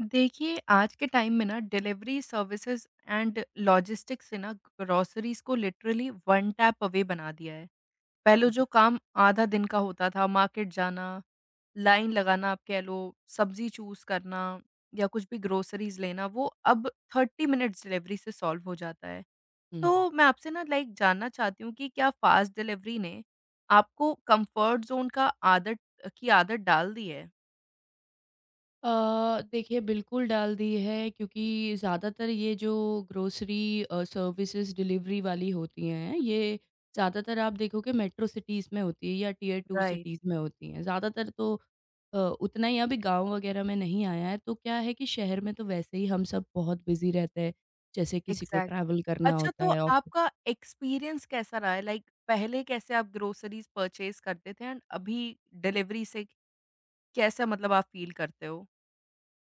देखिए, आज के टाइम में ना डिलिवरी सर्विसेज़ एंड लॉजिस्टिक्स से ना ग्रोसरीज़ को लिटरली वन टैप अवे बना दिया है। पहले हुँ, जो काम आधा दिन का होता था, मार्केट जाना, लाइन लगाना आप कह लो, सब्ज़ी चूज़ करना या कुछ भी ग्रोसरीज़ लेना, वो अब 30 मिनट्स डिलिवरी से सॉल्व हो जाता है। हुँ। तो मैं आपसे ना लाइक जानना चाहती हूँ कि क्या फ़ास्ट डिलिवरी ने आपको कम्फ़र्ट ज़ोन का आदत की आदत डाल दी है? देखिए बिल्कुल डाल दी है क्योंकि ज़्यादातर ये जो ग्रोसरी सर्विसेज़ डिलीवरी वाली होती हैं, ये ज़्यादातर आप देखोगे मेट्रो सिटीज़ में होती है या टियर 2 राइट। सिटीज़ में होती हैं। ज़्यादातर तो उतना ही अभी गाँव वगैरह में नहीं आया है, तो क्या है कि शहर में तो वैसे ही हम सब बहुत बिज़ी रहते हैं। जैसे किसी को एग्ज़ैक्टली। ट्रैवल करना अच्छा, होता तो है ऑफ़िस। आपका एक्सपीरियंस कैसा रहा है? लाइक पहले कैसे आप ग्रोसरीज़ परचेज़ करते थे एंड अभी डिलिवरी से कैसा मतलब आप फ़ील करते हो?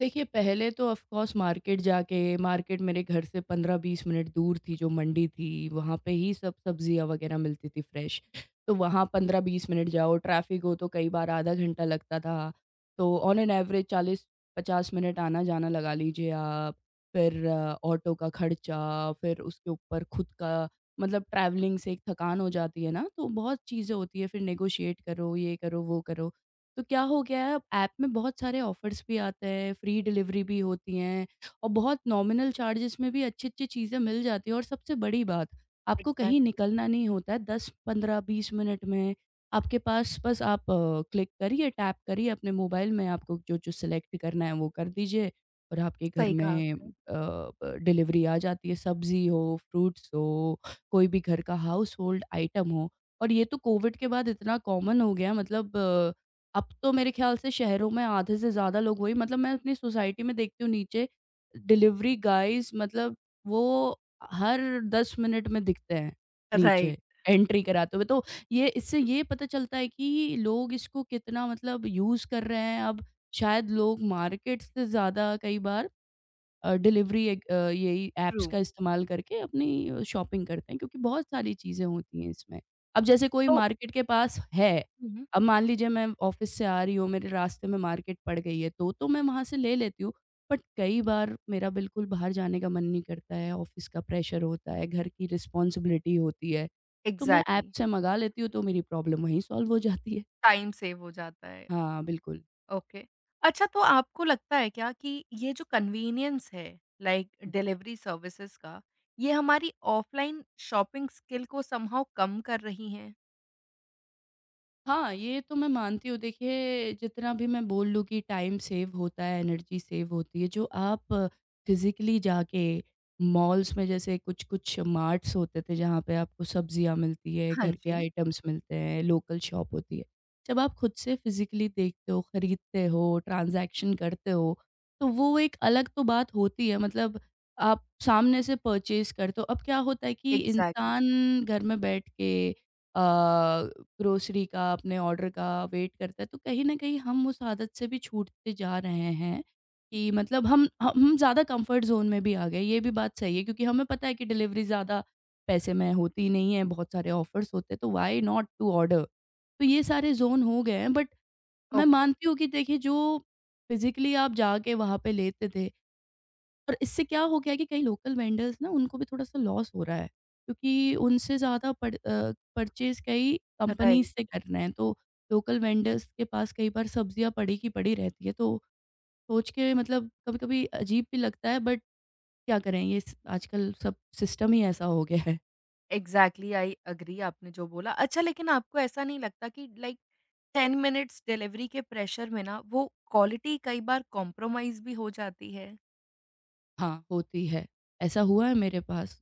देखिए, पहले तो ऑफ़ कोर्स मार्केट जाके मार्केट मेरे घर से 15-20 मिनट दूर थी जो मंडी थी, वहाँ पे ही सब सब्जियाँ वग़ैरह मिलती थी फ्रेश। तो वहाँ 15-20 मिनट जाओ, ट्रैफ़िक हो तो कई बार आधा घंटा लगता था। तो ऑन एन एवरेज 40-50 मिनट आना-जाना लगा लीजिए आप। फिर ऑटो का खर्चा, फिर उसके ऊपर खुद का मतलब ट्रैवलिंग से एक थकान हो जाती है ना, तो बहुत चीज़ें होती हैं, फिर नेगोशिएट करो, ये करो, वो करो। तो क्या हो गया है, अब ऐप में बहुत सारे ऑफ़र्स भी आते हैं, फ्री डिलीवरी भी होती हैं और बहुत नॉमिनल चार्जेज़ में भी अच्छी-अच्छी चीज़ें मिल जाती हैं और सबसे बड़ी बात, आपको कहीं एग्ज़ैक्टली। निकलना नहीं होता है, 10, 15, 20 मिनट में आपके पास बस, आप क्लिक करिए, टैप करिए अपने मोबाइल में, आपको जो-जो सेलेक्ट करना है वो कर दीजिए और आपके घर सही कहा में आपने। डिलीवरी आ जाती है, सब्ज़ी हो, फ्रूट्स हो, कोई भी घर का हाउसहोल्ड आइटम हो। और ये तो कोविड के बाद इतना कॉमन हो गया, मतलब अब तो मेरे ख्याल से शहरों में आधे से ज़्यादा लोग वही, मतलब मैं अपनी सोसाइटी में देखती हूँ नीचे डिलिवरी गाइज़, मतलब वो हर 10 मिनट में दिखते हैं, नीचे राइट, एंट्री कराते हुए। तो ये, इससे ये पता चलता है कि लोग इसको कितना मतलब यूज़ कर रहे हैं। अब शायद लोग मार्केट से ज़्यादा कई बार डिलीवरी, एक यही ट्रू। ऐप्स का इस्तेमाल करके अपनी शॉपिंग करते हैं क्योंकि बहुत सारी चीज़ें होती हैं इसमें। अब जैसे कोई तो मार्केट के पास है, हुँ, अब मान लीजिए मैं ऑफ़िस से आ रही हूँ, मेरे रास्ते में मार्केट पड़ गई है तो मैं वहाँ से ले लेती हूँ। बट कई बार मेरा बिल्कुल बाहर जाने का मन नहीं करता है, ऑफ़िस का प्रेशर होता है, घर की रिस्पॉन्सिबिलिटी होती है, तो मैं ऐप एग्ज़ैक्टली, से मँगा लेती हूँ तो मेरी प्रॉब्लम वहीं सॉल्व हो जाती है। टाइम सेव हो जाता है। हाँ, बिल्कुल। ओके। अच्छा, तो आपको लगता है क्या कि ये जो कन्वीनियंस है लाइक डिलिवरी सर्विसेज़ का, ये हमारी ऑफ़लाइन शॉपिंग स्किल को समहाउ कम कर रही हैं? हाँ, ये तो मैं मानती हूँ। देखिए, जितना भी मैं बोल लूँ कि टाइम सेव होता है, एनर्जी सेव होती है, जो आप फिज़िकली जाके मॉल्स में, जैसे कुछ-कुछ मार्ट्स होते थे, जहाँ पे आपको सब्जियाँ मिलती है, हाँ घर के जी, आइटम्स मिलते हैं, लोकल शॉप होती है। जब आप खुद से फिज़िकली देखते हो, खरीदते हो, ट्रांज़ैक्शन करते हो, तो वो एक अलग तो बात होती है। मतलब आप सामने से परचेज़ करते हो। अब क्या होता है कि एग्ज़ैक्टली। इंसान घर में बैठ के अ, ग्रोसरी का, अपने ऑर्डर का वेट करता है, तो कहीं न कहीं हम उस आदत से भी छूटते जा रहे हैं कि मतलब हम ज़्यादा कम्फ़र्ट ज़ोन में भी आ गए, ये भी बात सही है क्योंकि हमें पता है कि डिलीवरी ज़्यादा पैसे में होती नहीं है, बहुत सारे ऑफ़र्स होते हैं, तो व्हाई नॉट टू ऑर्डर? तो ये सारे ज़ोन हो गए हैं, बट मैं मानती हूँ कि देखिए, जो फ़िज़िकली आप जाके वहाँ पे लेते थे, और इससे क्या हो गया है कि कई लोकल वेंडर्स ना, उनको भी थोड़ा-सा लॉस हो रहा है, क्योंकि उनसे ज़्यादा पर परचेज़ कई कंपनीज़ राइट, से कर रहे हैं, तो लोकल वेंडर्स के पास कई बार सब्जियाँ पड़ी की पड़ी रहती है, तो सोच के मतलब कभी-कभी अजीब भी लगता है, बट क्या करें, ये स आजकल सब सिस्टम ही ऐसा हो गया है। एग्ज़ैक्टली, आई एग्री आपने जो बोला। अच्छा, लेकिन आपको ऐसा नहीं लगता कि लाइक 10 मिनट्स डिलीवरी के प्रेशर में ना वो क्वालिटी कई बार कॉम्प्रोमाइज़ भी हो जाती है? हाँ, होती है। ऐसा हुआ है मेरे पास।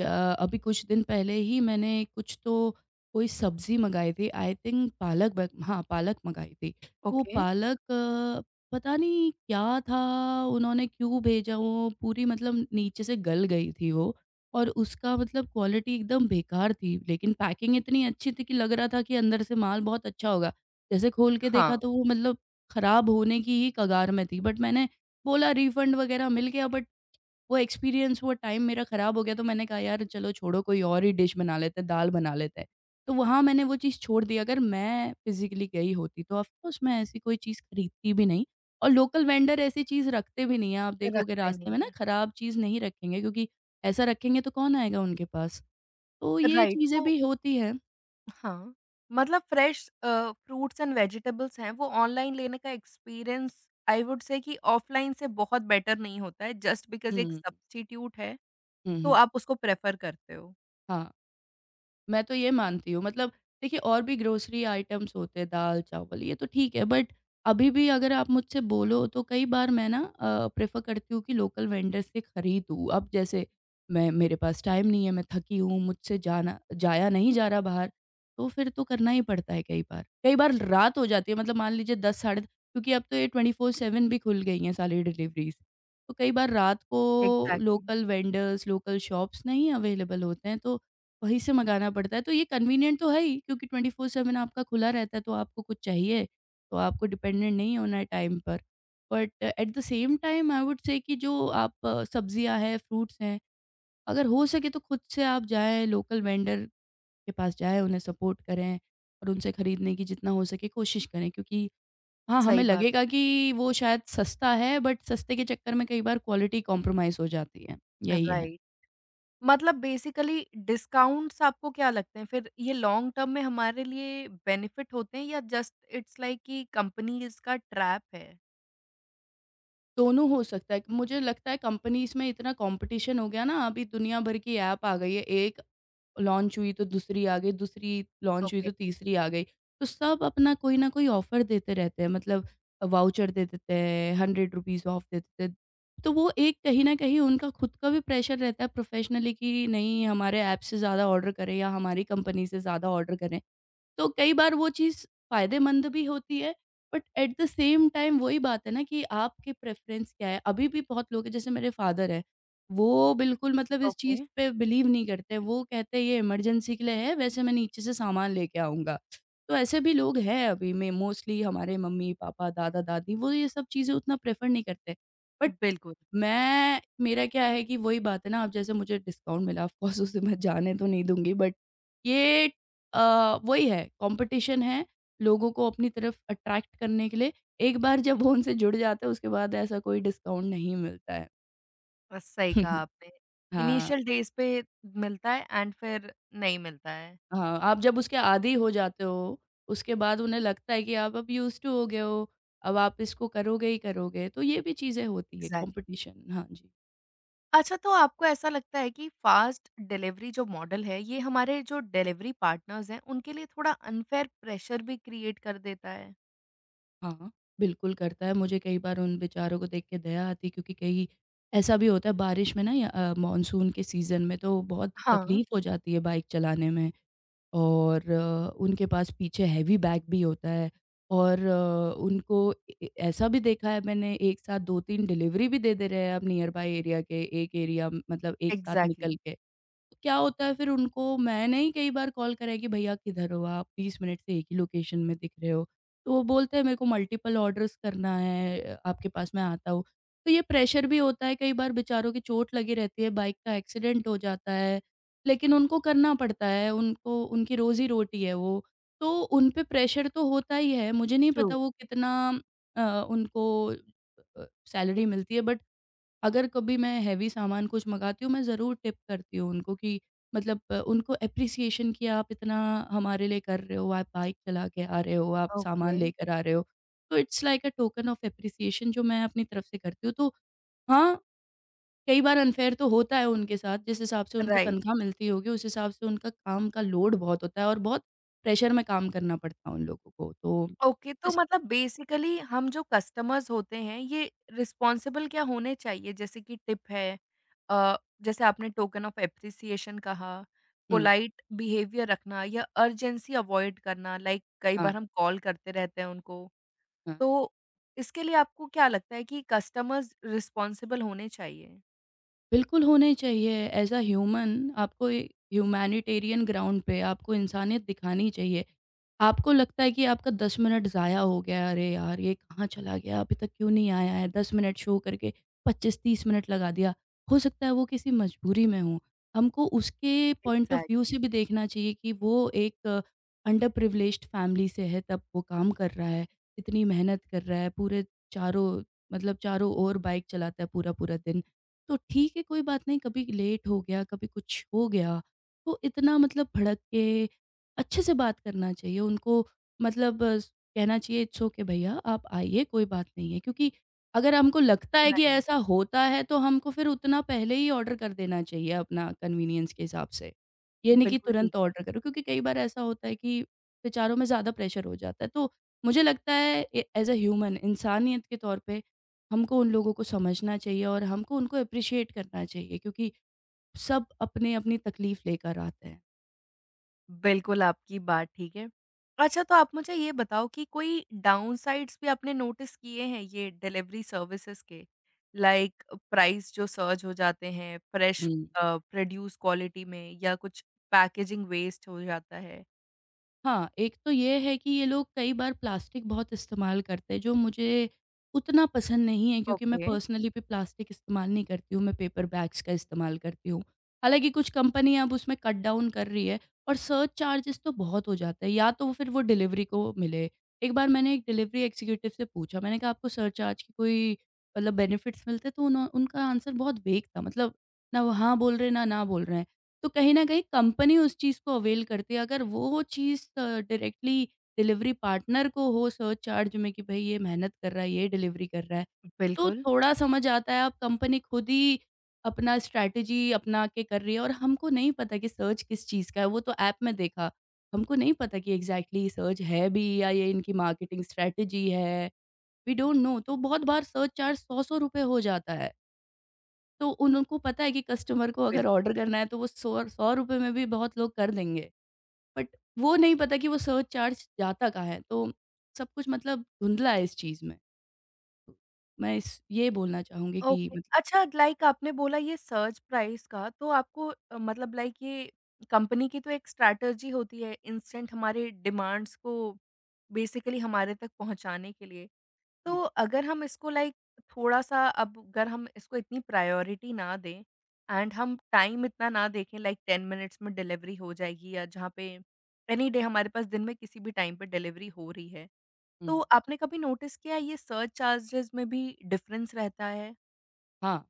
अभी कुछ दिन पहले ही मैंने कुछ तो, कोई सब्ज़ी मँगाई थी आई थिंक पालक, ब हाँ, पालक मँगाई थी। तो वो ओके, पालक पता नहीं क्या था, उन्होंने क्यों भेजा, वो पूरी मतलब नीचे से गल गई थी वो, और उसका मतलब क्वालिटी एकदम बेकार थी। लेकिन पैकिंग इतनी अच्छी थी कि लग रहा था कि अंदर से माल बहुत अच्छा होगा। जैसे खोल के हाँ, देखा तो वो मतलब ख़राब होने की ही कगार में थी। बट मैंने बोला, रिफ़ंड वग़ैरह मिल गया, बट वो एक्सपीरियंस, वो टाइम मेरा ख़राब हो गया, तो मैंने कहा यार चलो छोड़ो, कोई और ही डिश बना लेते हैं, दाल बना लेते हैं। तो वहाँ मैंने वो चीज़ छोड़ दी। अगर मैं फ़िज़िकली गई होती तो ऑफ़ कोर्स मैं ऐसी कोई चीज़ खरीदती भी नहीं, और लोकल वेंडर ऐसी चीज़ रखते भी नहीं हैं। आप देखोगे रखते रास्ते नहीं में ना, हैं। ख़राब चीज़ नहीं रखेंगे, क्योंकि ऐसा रखेंगे तो कौन आएगा उनके पास? तो ये राइट, चीज़ें तो भी होती हैं। हाँ, मतलब फ्रेश फ्रूट्स एंड वेजिटेबल्स हैं, वो ऑनलाइन लेने का एक्सपीरियंस आई वुड से कि ऑफलाइन से बहुत बेटर नहीं होता है जस्ट बिकॉज़ एक हुँ, सब्स्टिट्यूट है, हुँ, तो हुँ। आप उसको प्रेफ़र करते हो। हाँ। मैं तो ये मानती हूँ, मतलब देखिए, और भी ग्रोसरी आइटम्स होते हैं, दाल-चावल, ये तो ठीक है बट अभी भी अगर आप मुझसे बोलो तो कई बार मैं ना प्रेफ़र करती हूँ कि लोकल वेंडर से खरीदूँ। अब जैसे मैं, मेरे पास टाइम नहीं है, मैं थकी हूँ, मुझसे जाना जाया नहीं जा रहा बाहर, तो फिर तो करना ही पड़ता है कई बार। कई बार रात हो जाती है, मतलब मान लीजिए 10 साढ़े, क्योंकि अब तो ये 24/7 भी खुल गई हैं सारी डिलिवरीज़। तो कई बार रात को exactly, local vendors, local shops नहीं अवेलेबल होते हैं, तो वहीं से मँगाना पड़ता है, तो ये कन्वीनिएंट तो है ही, क्योंकि 24/7 आपका खुला रहता है, तो आपको कुछ चाहिए, तो आपको डिपेंडेंट नहीं होना है टाइम पर। But at the same time I would say कि जो आप, सब्जियाँ हैं, फ्रूट्स हैं, अगर हो सके तो खुद से आप जाएँ, लोकल वेंडर के पास जाएँ, उन्हें सपोर्ट करें और उनसे खरीदने की जितना हो सके कोशिश करें, क्योंकि हाँ, हमें सही बात लगेगा है। कि वो शायद सस्ता है, बट सस्ते के चक्कर में कई बार क्वालिटी कॉम्प्रोमाइज़ हो जाती है। यही है। राइट। मतलब बेसिकली डिस्काउंट्स आपको क्या लगते हैं फिर ये लॉन्ग टर्म में हमारे लिए बेनिफिट होते हैं या जस्ट इट्स लाइक कि कंपनी इसका ट्रैप है? दोनों हो सकता है। मुझे लगता है कंपनीज़ में इतना कॉम्पिटिशन हो गया ना, अभी दुनिया भर की ऐप आ गई है। एक लॉन्च हुई तो दूसरी आ गई, दूसरी लॉन्च हुई ओके, तो तीसरी आ गई। तो सब अपना कोई ना कोई ऑफ़र देते रहते हैं, मतलब वाउचर दे देते हैं, 100 रुपीज़ ऑफ दे देते हैं। तो वो एक कहीं न कहीं उनका खुद का भी प्रेशर रहता है प्रोफ़ेशनली कि नहीं, हमारे ऐप से ज़्यादा ऑर्डर करें या हमारी कंपनी से ज़्यादा ऑर्डर करें। तो कई बार वो चीज़ फ़ायदेमंद भी होती है, but at the same time वही बात है ना, कि आपके प्रेफ़रेंस क्या है? अभी भी बहुत लोग हैं, जैसे मेरे फ़ादर हैं, वो बिल्कुल मतलब इस ओके। चीज़ पे बिलीव नहीं करते। वो कहते हैं ये इमरजेंसी के लिए है, वैसे मैं नीचे से सामान लेके आऊँगा। तो ऐसे भी लोग हैं अभी में, मोस्टली हमारे मम्मी-पापा, दादा-दादी, वो ये सब चीज़ें उतना प्रेफ़र नहीं करते। बट बिल्कुल, मैं, मेरा क्या है कि वही बात है ना, अब जैसे मुझे डिस्काउंट मिला, ऑफ़ कोर्स उसे मैं जाने तो नहीं दूँगी, बट ये वही है, कॉम्पिटिशन है, लोगों को अपनी तरफ अट्रैक्ट करने के लिए। एक बार जब वो उनसे जुड़ जाते हैं, उसके बाद ऐसा कोई डिस्काउंट नहीं मिलता है। सही कहा आपने। हाँ, इनिशियल डेज़ पे मिलता है एंड फिर नहीं मिलता है। हाँ, आप जब उसके आदी हो जाते हो, उसके बाद उन्हें लगता है कि आप अब यूज़्ड टू हो गए हो, अब आप इसको करोगे ही करोगे, तो ये भी चीज़ें होती है एग्ज़ैक्टली। कॉम्पिटिशन। हाँ जी। अच्छा, तो आपको ऐसा लगता है कि फ़ास्ट डिलीवरी जो मॉडल है ये हमारे जो डिलीवरी पार्टनर्स हैं उनके लिए थोड़ा अनफ़ेयर प्रेशर भी क्रिएट कर देता है? हाँ, बिल्कुल करता है। मुझे कई बार उन बेचारों को देख के दया आती है, क्योंकि कई ऐसा भी होता है बारिश में ना या मॉनसून के सीज़न में तो बहुत हाँ, तकलीफ़ हो जाती है बाइक चलाने में, और उनके पास पीछे हैवी बैग भी होता है, और उनको ए ए ऐसा भी देखा है मैंने, एक साथ 2-3 डिलीवरी भी दे दे रहे हैं, अब नियर बाय एरिया के, एक एरिया मतलब, एक साथ निकल एग्ज़ैक्टली, के। तो क्या होता है, फिर उनको मैंने ही कई बार कॉल करा है कि भैया किधर हो आप? 20 मिनट से एक ही लोकेशन में दिख रहे हो। तो वो बोलते हैं मेरे को मल्टीपल ऑर्डर्स करना है आपके पास मैं आता हूँ। तो ये प्रेशर भी होता है कई बार बेचारों की चोट लगी रहती है, बाइक का एक्सीडेंट हो जाता है, लेकिन उनको करना पड़ता है, उनको उनकी रोज़ी-रोटी है वो। तो उन पे प्रेशर तो होता ही है, मुझे नहीं ट्रू। पता वो कितना अ, उनको अ, सैलरी मिलती है बट अगर कभी मैं हेवी सामान कुछ मँगाती हूँ, मैं ज़रूर टिप करती हूँ उनको कि मतलब उनको एप्रिसिएशन कि आप इतना हमारे लिए कर रहे हो, आप बाइक चला के आ रहे हो, आप सामान ओके, लेकर आ रहे हो। तो it's like a token of appreciation जो मैं अपनी तरफ से करती हूँ। तो हाँ, कई बार अनफेयर तो होता है उनके साथ, जिस हिसाब से उनको राइट। तनख्वाह मिलती होगी, उस हिसाब से उनका काम का लोड बहुत होता है और बहुत प्रेशर में काम करना पड़ता है उन लोगों को। तो ओके, तो बस। मतलब बेसिकली हम जो कस्टमर्स होते हैं ये रिस्पॉन्सिबल क्या होने चाहिए? जैसे कि टिप है, अ, जैसे आपने टोकन ऑफ एप्रिसिएशन कहा, हुँ, पोलाइट बिहेवियर रखना या अर्जेंसी अवॉइड करना लाइक कई हाँ, बार हम कॉल करते रहते हैं उनको। हाँ। तो इसके लिए आपको क्या लगता है कि कस्टमर्स रिस्पॉन्सिबल होने चाहिए? बिल्कुल होने चाहिए। एज़ अ ह्यूमन आपको ह्यूमैनिटेरियन ग्राउंड पे आपको इंसानियत दिखानी चाहिए। आपको लगता है कि आपका 10 मिनट ज़ाया हो गया, अरे यार! ये कहाँ चला गया, अभी तक क्यों नहीं आया है? 10 मिनट शो करके 25-30 मिनट लगा दिया। हो सकता है वो किसी मजबूरी में हो। हमको उसके पॉइंट ऑफ व्यू से एग्ज़ैक्टली, भी देखना चाहिए कि वो एक अंडर प्रिविलेज्ड फैमिली से है तब वो काम कर रहा है, इतनी मेहनत कर रहा है, पूरे चारों मतलब चारों ओर बाइक चलाता है पूरा-पूरा दिन। तो ठीक है, कोई बात नहीं, कभी लेट हो गया, कभी कुछ हो गया। तो इतना मतलब भड़क के अच्छे से बात करना चाहिए उनको मतलब स कहना चाहिए इट्स ओके भैया आप आइए कोई बात नहीं है। क्योंकि अगर हमको लगता है कि नाइस, ऐसा होता है तो हमको फिर उतना पहले ही ऑर्डर कर देना चाहिए अपना कन्वीनियंस के हिसाब से। ये नहीं कि बिल्कुल ठीक तुरंत है। ऑर्डर करो क्योंकि कई बार ऐसा होता है कि विचारों में ज़्यादा प्रेशर हो जाता है। तो मुझे लगता है ए एज़ अ ह्यूमन इंसानियत के तौर पे हमको उन लोगों को समझना चाहिए और हमको उनको एप्रिशिएट करना चाहिए क्योंकि सब अपने अपनी तकलीफ लेकर आते हैं। बिल्कुल, आपकी बात ठीक है। अच्छा, तो आप मुझे ये बताओ कि कोई डाउनसाइड्स भी आपने नोटिस किए हैं ये डिलीवरी सर्विसेज़ के? लाइक प्राइस जो सर्ज हो जाते हैं, फ्रेश हुँ। प्रोड्यूस क्वालिटी में या कुछ पैकेजिंग वेस्ट हो जाता है? हाँ, एक तो ये है कि ये लोग कई बार प्लास्टिक बहुत इस्तेमाल करते हैं, जो मुझे उतना पसंद नहीं है क्योंकि मैं ओके। पर्सनली भी प्लास्टिक इस्तेमाल नहीं करती हूँ, मैं पेपर बैग्स का इस्तेमाल करती हूँ। हालाँकि कुछ कंपनियाँ अब उसमें कट डाउन कर रही है और सर्च चार्जेज़ तो बहुत हो जाता है, या तो फिर वो डिलीवरी को मिले। एक बार मैंने एक डिलीवरी एग्ज़ीक्यूटिव से पूछा, मैंने कहा, "आपको सर्च चार्ज की कोई मतलब बेनिफिट्स मिलते हैं?" तो उन्हो उनका आंसर बहुत वेग था, मतलब ना वो हाँ बोल रहे हैं, ना ना बोल रहे हैं। तो कहीं न कहीं कंपनी उस चीज़ को अवेल करती है। अगर वो चीज़ डायरेक्टली डिलीवरी पार्टनर को हो सरचार्ज में कि भई ये मेहनत कर रहा है, ये डिलीवरी कर रहा है, तो बिल्कुल। थोड़ा समझ आता है। अब कंपनी खुद ही अपना स्ट्रैटेजी अपना के कर रही है और हमको नहीं पता कि सर्च किस चीज़ का है, वो तो ऐप में देखा। हमको नहीं पता कि एग्ज़ैक्टली सर्च है भी या ये इनकी मार्केटिंग स्ट्रैटेजी है, वी डोंट नो। तो बहुत बार सर्च चार्ज ₹100-100 हो जाता है। तो उन उनको पता है कि कस्टमर को अगर बिल्कुल। ऑर्डर करना है तो वो सौ सौ रुपए में भी बहुत लोग कर देंगे। बट वो नहीं पता कि वो सर्च चार्ज जाता कहाँ है? तो सब कुछ मतलब धुंधला है इस चीज़ में। तो मैं इस ये बोलना चाहूँगी कि ओके। मत। अच्छा, लाइक आपने बोला ये सर्ज प्राइस का तो आपको मतलब लाइक ये कंपनी की तो एक स्ट्रैटेजी होती है इंस्टेंट हमारे डिमांड्स को बेसिकली हमारे तक पहुँचाने के लिए। हुँ, तो अगर हम इसको लाइक थोड़ा-सा अब अगर हम इसको इतनी प्रायोरिटी ना दें एंड हम टाइम इतना ना देखें लाइक 10 मिनट्स में डिलीवरी हो जाएगी या जहाँ पे एनी डे हमारे पास दिन में किसी भी टाइम पे डिलीवरी हो रही है। हुँ। तो आपने कभी नोटिस किया ये सर्च चार्जेज़ में भी डिफरेंस रहता है? हाँ,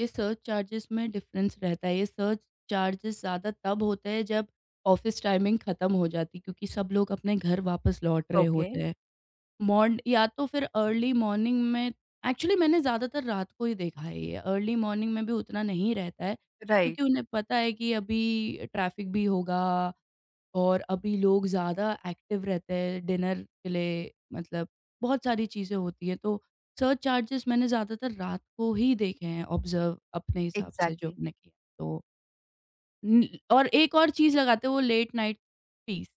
ये सर्च चार्जेस में डिफ़रेंस रहता है। ये सर्च चार्जेस ज़्यादा तब होते हैं जब ऑफ़िस टाइमिंग ख़त्म हो जाती है क्योंकि सब लोग अपने घर वापस लौट रहे ओके। होते हैं। मॉड या तो फिर अर्ली मॉर्निंग में एक्चुअली मैंने ज़्यादातर रात को ही देखा है ये, अर्ली मॉर्निंग में भी उतना नहीं रहता है, राइट, क्योंकि उन्हें पता है कि अभी ट्रैफ़िक भी होगा और अभी लोग ज़्यादा एक्टिव रहते हैं डिनर के लिए मतलब बहुत सारी चीज़ें होती हैं, तो सर्च चार्जेस मैंने ज़्यादातर रात को ही देखे हैं ऑब्ज़र्व अपने हिसाब से जो एग्ज़ैक्टली। मैंने किया। तो न और एक और चीज़ लगाते हैं वो लेट नाइट टीज़,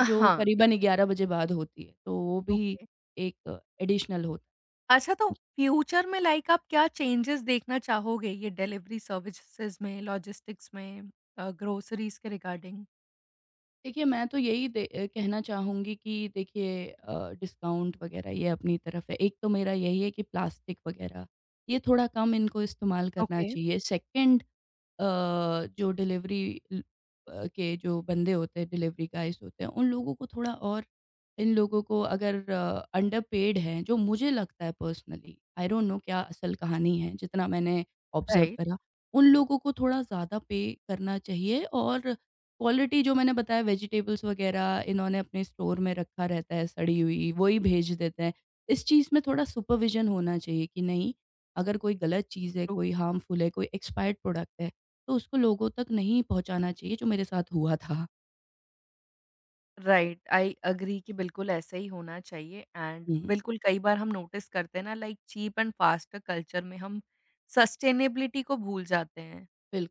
जो हाँ, करीबन 11 बजे बाद होती है, तो वो भी ओके। एक एडिशनल होता अच्छा, तो है। फ्यूचर में लाइक आप क्या चेंजेज़ देखना चाहोगे ये डिलीवरी सर्विसेज़ में, लॉजिस्टिक्स में, ग्रोसरीज़ के रिगार्डिंग? देखिए, मैं तो यही कहना चाहूँगी कि देखिए डिस्काउंट वग़ैरह ये अपनी तरफ है। एक तो मेरा यही है कि प्लास्टिक वग़ैरह, ये थोड़ा कम इनको इस्तेमाल करना ओके। चाहिए। 2nd, अ, जो डिलीवरी ल के जो बंदे होते हैं, डिलीवरी गाइज़ होते हैं, उन लोगों को थोड़ा और इन लोगों को अगर अंडरपेड हैं, जो मुझे लगता है पर्सनली, आई डोंट नो क्या असल कहानी है, जितना मैंने ऑब्ज़र्व राइट, करा, उन लोगों को थोड़ा ज़्यादा पे करना चाहिए। और क्वालिटी जो मैंने बताया वेजिटेबल्स वग़ैरह इन्होंने अपने स्टोर में रखा रहता है सड़ी हुई, वही भेज देते हैं। इस चीज़ में थोड़ा सुपरविज़न होना चाहिए कि नहीं, अगर कोई गलत चीज़ है, ट्रू, कोई हार्मफुल है, कोई एक्सपायर्ड प्रोडक्ट है तो उसको लोगों तक नहीं पहुँचाना चाहिए जो मेरे साथ हुआ था। राइट, आई एग्री कि बिल्कुल ऐसा ही होना चाहिए एंड हुँ। बिल्कुल कई बार हम नोटिस करते हैं ना like cheap and fast culture में हम सस्टेनेबिलिटी को भूल जाते हैं। बिल्कुल,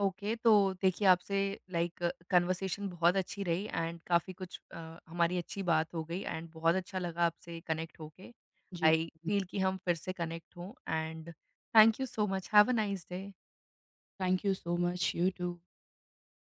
ओके, तो देखिए, आपसे लाइक कन्वर्सेशन बहुत अच्छी रही एंड काफ़ी कुछ हमारी अच्छी बात हो गई एंड बहुत अच्छा लगा आपसे कनेक्ट होके। जी। आई फील कि हम फिर से कनेक्ट हों and thank you so much, have a nice day. Thank you so much, you to.